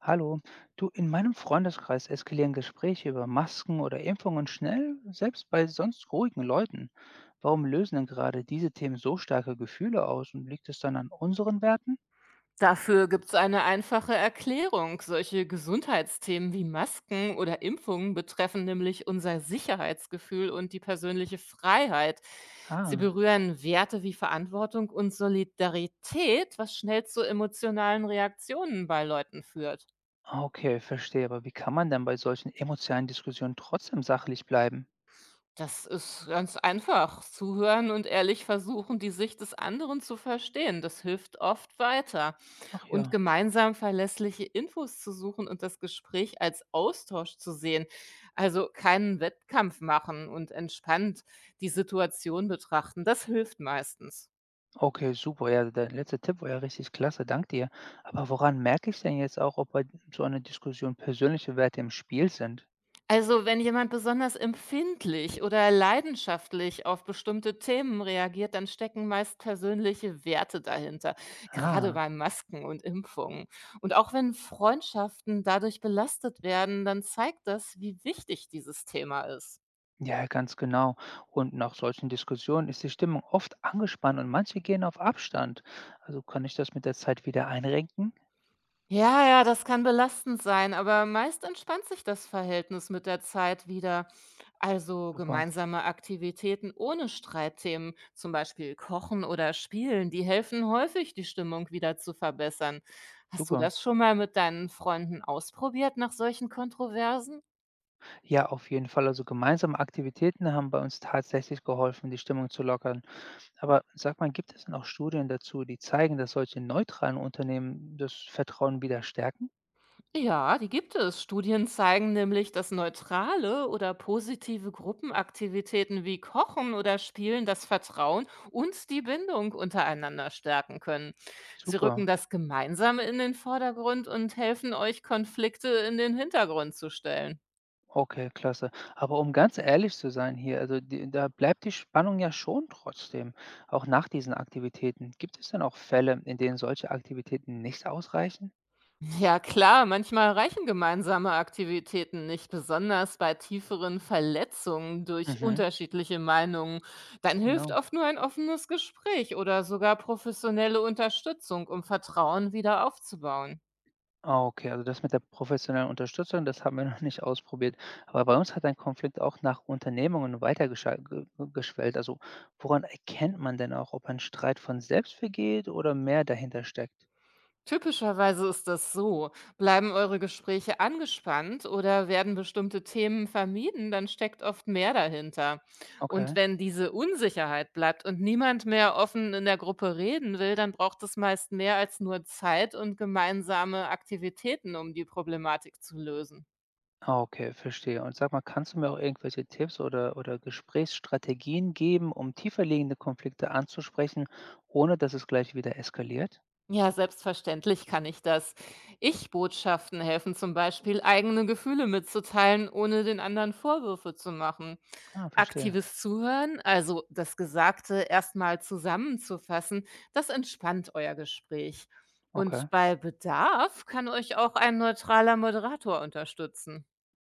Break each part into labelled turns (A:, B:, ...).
A: Hallo, du, in meinem Freundeskreis eskalieren Gespräche über Masken oder Impfungen schnell, selbst bei sonst ruhigen Leuten. Warum lösen denn gerade diese Themen so starke Gefühle aus und liegt es dann an unseren Werten?
B: Dafür gibt es eine einfache Erklärung. Solche Gesundheitsthemen wie Masken oder Impfungen betreffen nämlich unser Sicherheitsgefühl und die persönliche Freiheit. Sie
A: Ah,
B: berühren Werte wie Verantwortung und Solidarität, was schnell zu emotionalen Reaktionen bei Leuten führt.
A: okay, verstehe, aber wie kann man denn bei solchen emotionalen Diskussionen trotzdem sachlich bleiben?
B: Das ist ganz einfach. Zuhören und ehrlich versuchen, die Sicht des anderen zu verstehen. Das hilft oft weiter.
A: Ach
B: Und
A: ja.
B: gemeinsam verlässliche Infos zu suchen und das Gespräch als Austausch zu sehen. Also keinen Wettkampf machen und entspannt die Situation betrachten. Das hilft meistens.
A: Okay, super. Ja, der letzte Tipp war ja richtig klasse, dank dir. Aber woran merke ich denn jetzt auch, ob bei so einer Diskussion persönliche Werte im Spiel sind?
B: Also, wenn jemand besonders empfindlich oder leidenschaftlich auf bestimmte Themen reagiert, dann stecken meist persönliche Werte dahinter, gerade
A: Ah,
B: bei Masken und Impfungen. Und auch wenn Freundschaften dadurch belastet werden, dann zeigt das, wie wichtig dieses Thema ist.
A: ja, ganz genau. Und nach solchen Diskussionen ist die Stimmung oft angespannt und manche gehen auf Abstand. Also kann ich das mit der Zeit wieder einrenken?
B: Ja, ja, das kann belastend sein, aber meist entspannt sich das Verhältnis mit der Zeit wieder. Also
A: Super,
B: gemeinsame Aktivitäten ohne Streitthemen, zum Beispiel Kochen oder Spielen, die helfen häufig, die Stimmung wieder zu verbessern. Hast du
A: super.
B: das schon mal mit deinen Freunden ausprobiert nach solchen Kontroversen?
A: Ja, auf jeden Fall. Also gemeinsame Aktivitäten haben bei uns tatsächlich geholfen, die Stimmung zu lockern. Aber sag mal, gibt es denn auch Studien dazu, die zeigen, dass solche neutralen Unternehmen das Vertrauen wieder stärken?
B: Ja, die gibt es. Studien zeigen nämlich, dass neutrale oder positive Gruppenaktivitäten wie Kochen oder Spielen das Vertrauen und die Bindung untereinander stärken können. Sie
A: Super.
B: rücken das Gemeinsame in den Vordergrund und helfen euch, Konflikte in den Hintergrund zu stellen.
A: Okay, klasse. Aber um ganz ehrlich zu sein hier, also die, da bleibt die Spannung ja schon trotzdem, auch nach diesen Aktivitäten. Gibt es denn auch Fälle, in denen solche Aktivitäten nicht ausreichen?
B: Ja klar, manchmal reichen gemeinsame Aktivitäten nicht, besonders bei tieferen Verletzungen durch
A: Mhm,
B: unterschiedliche Meinungen. Dann hilft
A: genau.
B: oft nur ein offenes Gespräch oder sogar professionelle Unterstützung, um Vertrauen wieder aufzubauen.
A: Ah, okay, also das mit der professionellen Unterstützung, das haben wir noch nicht ausprobiert. Aber bei uns hat ein Konflikt auch nach Unternehmungen weitergeschwellt. Also woran erkennt man denn auch, ob ein Streit von selbst vergeht oder mehr dahinter steckt?
B: Typischerweise ist das so. Bleiben eure Gespräche angespannt oder werden bestimmte Themen vermieden, dann steckt oft mehr dahinter. Und
A: Okay.
B: wenn diese Unsicherheit bleibt und niemand mehr offen in der Gruppe reden will, dann braucht es meist mehr als nur Zeit und gemeinsame Aktivitäten, um die Problematik zu lösen.
A: Ah, okay, verstehe. Und sag mal, kannst du mir auch irgendwelche Tipps oder Gesprächsstrategien geben, um tieferliegende Konflikte anzusprechen, ohne dass es gleich wieder eskaliert?
B: Ja, selbstverständlich kann ich das. Ich-Botschaften helfen zum Beispiel, eigene Gefühle mitzuteilen, ohne den anderen Vorwürfe zu machen.
A: Ah, verstehe.
B: Aktives Zuhören, also das Gesagte erstmal zusammenzufassen, das entspannt euer Gespräch.
A: Okay.
B: Und bei Bedarf kann euch auch ein neutraler Moderator unterstützen.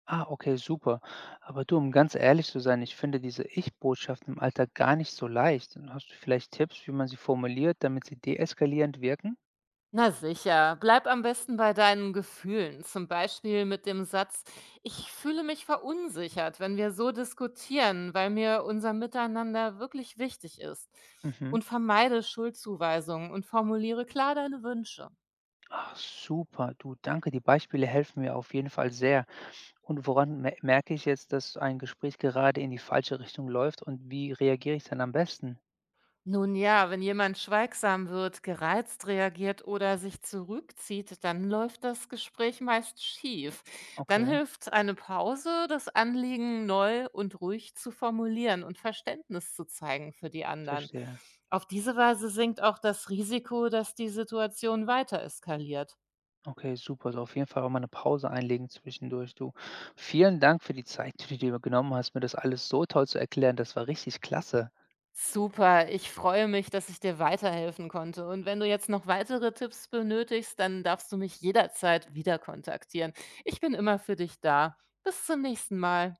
A: Ah, okay, super. Aber du, um ganz ehrlich zu sein, ich finde diese Ich-Botschaften im Alltag gar nicht so leicht. Hast du vielleicht Tipps, wie man sie formuliert, damit sie deeskalierend wirken?
B: Na sicher, bleib am besten bei deinen Gefühlen, zum Beispiel mit dem Satz, ich fühle mich verunsichert, wenn wir so diskutieren, weil mir unser Miteinander wirklich wichtig ist.
A: Mhm.
B: Und vermeide Schuldzuweisungen und formuliere klar deine Wünsche.
A: Ach, super. Du, danke. Die Beispiele helfen mir auf jeden Fall sehr. Und woran me merke ich jetzt, dass ein Gespräch gerade in die falsche Richtung läuft und wie reagiere ich dann am besten?
B: Nun ja, wenn jemand schweigsam wird, gereizt reagiert oder sich zurückzieht, dann läuft das Gespräch meist schief. Dann
A: Okay,
B: hilft eine Pause, das Anliegen neu und ruhig zu formulieren und Verständnis zu zeigen für die anderen.
A: verstehe.
B: Auf diese Weise sinkt auch das Risiko, dass die Situation weiter eskaliert.
A: Okay, super. Also auf jeden Fall auch mal eine Pause einlegen zwischendurch, du. Vielen Dank für die Zeit, die du dir genommen hast, mir das alles so toll zu erklären. Das war richtig klasse.
B: Super, ich freue mich, dass ich dir weiterhelfen konnte. Und wenn du jetzt noch weitere Tipps benötigst, dann darfst du mich jederzeit wieder kontaktieren. Ich bin immer für dich da. Bis zum nächsten Mal.